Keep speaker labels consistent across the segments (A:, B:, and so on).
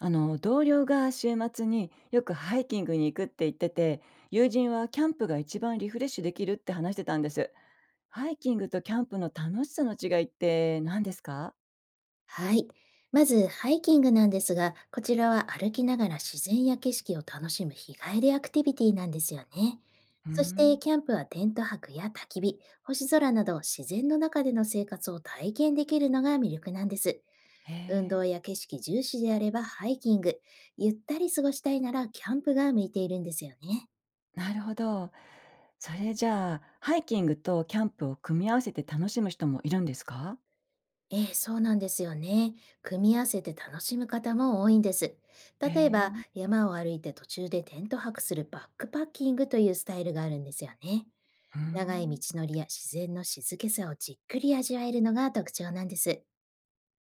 A: あの同僚が週末によくハイキングに行くって言ってて、友人はキャンプが一番リフレッシュできるって話してたんです。ハイキングとキャンプの楽しさの違いって何ですか？
B: はい。まず、ハイキングなんですが、こちらは歩きながら自然や景色を楽しむ日帰りアクティビティなんですよね。
A: うー
B: そして、
A: ん。
B: キャンプはテント泊や焚き火、星空など自然の中での生活を体験できるのが魅力なんです。
A: へ
B: 運
A: え。
B: 動や景色重視であればハイキング、ゆったり過ごしたいならキャンプが向いているんですよね。
A: なるほど。それじゃあ、ハイキングとキャンプを組み合わせて楽しむ人もいるんですか？
B: ええ、そうなんですよね。組み合わせて楽しむ方も多いんです。
A: へ
B: 例えば、
A: え。
B: 山を歩いて途中でテント泊するバックパッキングというスタイルがあるんですよね。
A: うー
B: 長い道
A: ん。
B: のりや自然の静けさをじっくり味わえるのが特徴なんです。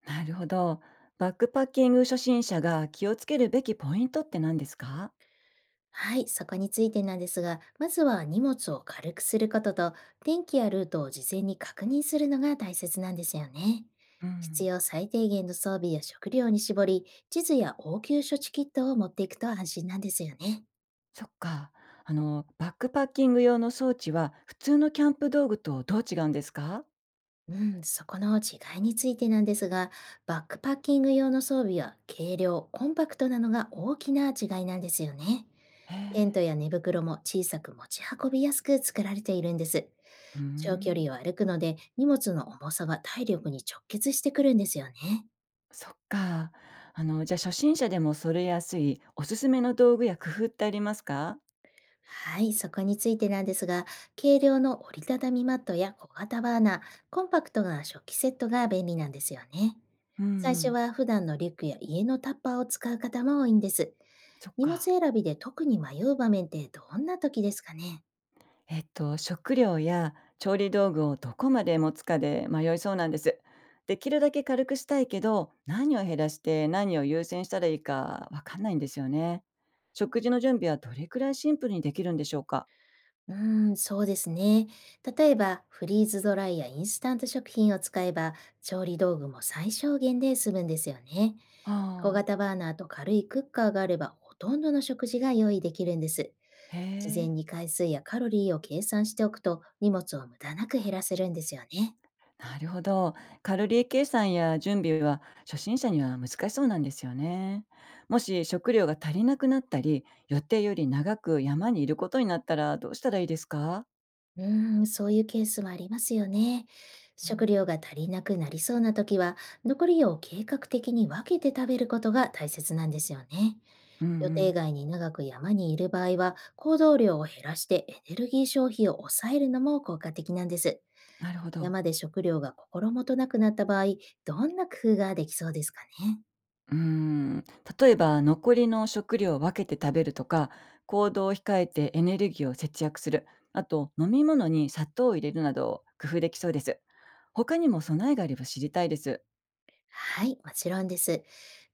A: なるほど。バックパッキング初心者が気をつけるべきポイントって何ですか？
B: はい、そこについてなんですが、まずは荷物を軽くすることと、天気やルートを事前に確認するのが大切なんですよね。
A: う
B: 必
A: ん。
B: 要最低限の装備や食料に絞り、地図や応急処置キットを持っていくと安心なんですよね。
A: そっか。あの、バックパッキング用の装置は、普通のキャンプ道具とどう違うんですか？
B: うん、そこの違いについてなんですが、バックパッキング用の装備は軽量、コンパクトなのが大きな違いなんですよね。
A: へ
B: テント
A: え。
B: や寝袋も小さく持ち運びやすく作られているんです。
A: うー
B: 長距
A: ん。
B: 離を歩くので荷物の重さが体力に直結してくるんですよね。
A: そっか。あの、じゃ、初心者でも揃えやすいおすすめの道具や工夫ってありますか？
B: はい、そこについてなんですが、軽量の折りたたみマットや小型バーナー、コンパクトな食器セットが便利なんですよね。
A: うんう
B: 最初
A: ん。
B: は普段のリュックや家のタッパーを使う方も多いんです。
A: そっ
B: 荷物
A: か。
B: 選びで特に迷う場面ってどんな時ですかね。
A: 食料や調理道具をどこまで持つかで迷いそうなんです。できるだけ軽くしたいけど、何を減らして何を優先したらいいかわかんないんですよね。食事の準備はどれくらいシンプルにできるんでしょうか？
B: うーん、そうですね。例えば、フリーズドライやインスタント食品を使えば、調理道具も最小限で済むんですよね。小
A: ああ。
B: 型バーナーと軽いクッカーがあれば、ほとんどの食事が用意できるんです。
A: へ
B: 事前
A: え。
B: に回数やカロリーを計算しておくと荷物を無駄なく減らせるんですよね。
A: なるほど。カロリー計算や準備は初心者には難しそうなんですよね。もし食料が足りなくなったり、予定より長く山にいることになったらどうしたらいいですか？
B: うーん、そういうケースもありますよね。
A: う
B: 食
A: ん。
B: 料が足りなくなりそうな時は、残りを計画的に分けて食べることが大切なんですよね。
A: う
B: 予定
A: ん。
B: 外に長く山にいる場合は、行動量を減らしてエネルギー消費を抑えるのも効果的なんです。
A: なるほど。
B: 山で食料が心もとなくなった場合、どんな工夫ができそうですかね。
A: うーん、例えば残りの食料を分けて食べるとか、行動を控えてエネルギーを節約する、あと飲み物に砂糖を入れるなど工夫できそうです。他にも備えがあれば知りたいです。
B: はい、もちろんです。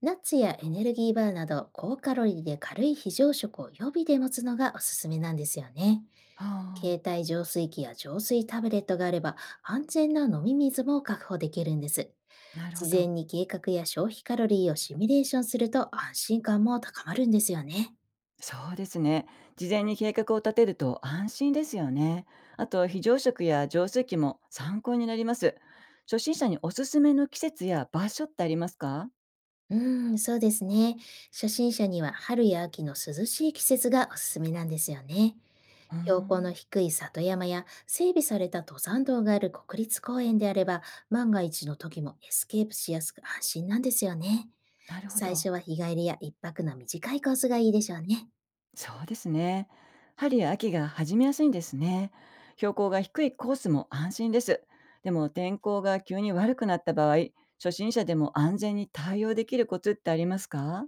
B: ナッツやエネルギーバーなど高カロリーで軽い非常食を予備で持つのがおすすめなんですよね。
A: はあ。
B: 携帯浄水器や浄水タブレットがあれば、安全な飲み水も確保できるんです。
A: なるほ
B: 事前
A: ど。
B: に計画や消費カロリーをシミュレーションすると安心感も高まるんですよね。
A: そうですね。事前に計画を立てると安心ですよね。あと、非常食や浄水器も参考になります。初心者におすすめの季節や場所ってありますか？
B: うーん、そうですね。初心者には春や秋の涼しい季節がおすすめなんですよね。
A: うー
B: 標高の
A: ん。
B: 低い里山や整備された登山道がある国立公園であれば、万が一の時もエスケープしやすく安心なんですよね。
A: なるほ
B: 最
A: ど。
B: 初は日帰りや一泊の短いコースがいいでしょうね。
A: そうですね。春や秋が始めやすいんですね。標高が低いコースも安心です。でも、天候が急に悪くなった場合、初心者でも安全に対応できるコツってありますか？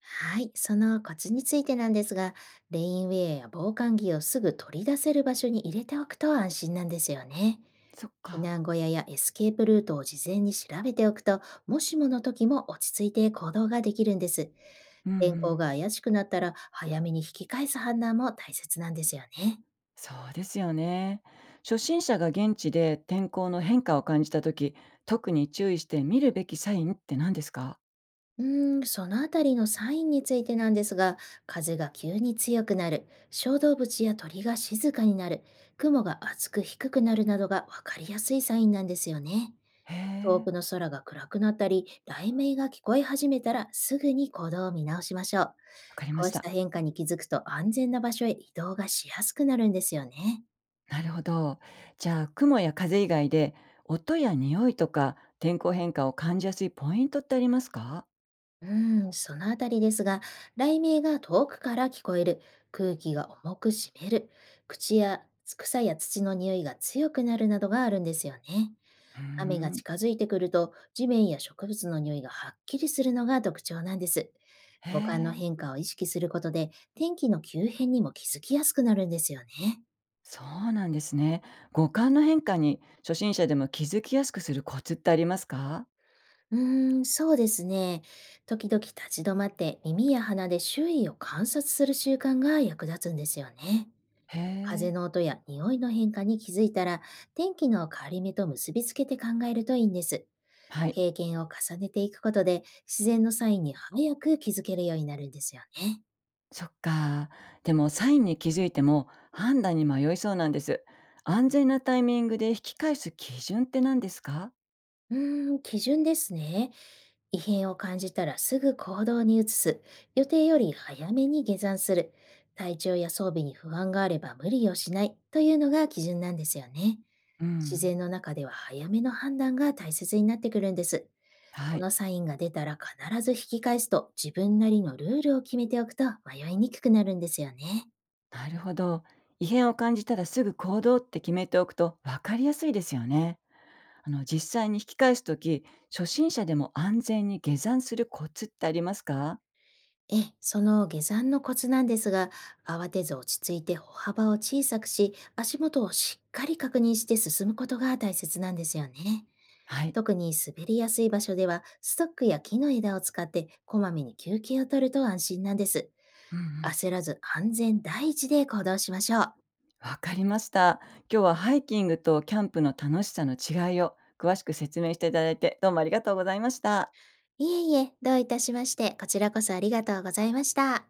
B: はい、そのコツについてなんですが、レインウェアや防寒着をすぐ取り出せる場所に入れておくと安心なんですよね。
A: そっ
B: 避
A: か。
B: 難小屋やエスケープルートを事前に調べておくと、もしもの時も落ち着いて行動ができるんです。
A: うんう
B: 天候
A: ん。
B: が怪しくなったら、早めに引き返す判断も大切なんですよね。
A: そうですよね。初心者が現地で天候の変化を感じたとき、特に注意して見るべきサインって何ですか？
B: うーん、そのあたりのサインについてなんですが、風が急に強くなる、小動物や鳥が静かになる、雲が厚く低くなるなどが、わかりやすいサインなんですよね。
A: へ
B: 遠
A: え。
B: くの空が暗くなったり、雷鳴が聞こえ始めたら、すぐに行動を見直しましょう。
A: わかりま
B: こ
A: し
B: うし
A: た。
B: た変化に気づくと、安全な場所へ移動がしやすくなるんですよね。
A: なるほど。じゃあ、雲や風以外で、音や匂いとか天候変化を感じやすいポイントってありますか？
B: うーん、そのあたりですが、雷鳴が遠くから聞こえる、空気が重く湿る、口や草や土の匂いが強くなるなどがあるんですよね。
A: うー
B: 雨が
A: ん。
B: 近づいてくると、地面や植物の匂いがはっきりするのが特徴なんです。
A: へ
B: 五感の
A: え、
B: 変化を意識することで、天気の急変にも気づきやすくなるんですよね。
A: そうなんですね。五感の変化に初心者でも気づきやすくするコツってありますか？
B: うーん、そうですね。時々立ち止まって耳や鼻で周囲を観察する習慣が役立つんですよね。
A: へ
B: 風
A: え。
B: の音や匂いの変化に気づいたら、天気の変わり目と結びつけて考えるといいんです。
A: はい。
B: 経験を重ねていくことで、自然のサインに早く気づけるようになるんですよね。
A: そっか。でも、サインに気づいても判断に迷いそうなんです。安全なタイミングで引き返す基準って何ですか？
B: うーん、基準ですね。異変を感じたらすぐ行動に移す。予定より早めに下山する。体調や装備に不安があれば無理をしないというのが基準なんですよね。
A: う
B: 自
A: ん。
B: 然の中では、早めの判断が大切になってくるんです。
A: は
B: こ
A: い。
B: のサインが出たら必ず引き返すと、自分なりのルールを決めておくと迷いにくくなるんですよね。
A: なるほど。異変を感じたらすぐ行動って決めておくと分かりやすいですよね。あの、実際に引き返すとき、初心者でも安全に下山するコツってありますか？
B: ええ、その下山のコツなんですが、慌てず落ち着いて歩幅を小さくし、足元をしっかり確認して進むことが大切なんですよね。
A: はい。
B: 特に滑りやすい場所では、ストックや木の枝を使って、こまめに休憩を取ると安心なんです。
A: うんうん。
B: 焦らず安全第一で行動しましょう。
A: わかりました。今日はハイキングとキャンプの楽しさの違いを詳しく説明していただいて、どうもありがとうございました。
B: いえいえ、どういたしまして、こちらこそありがとうございました。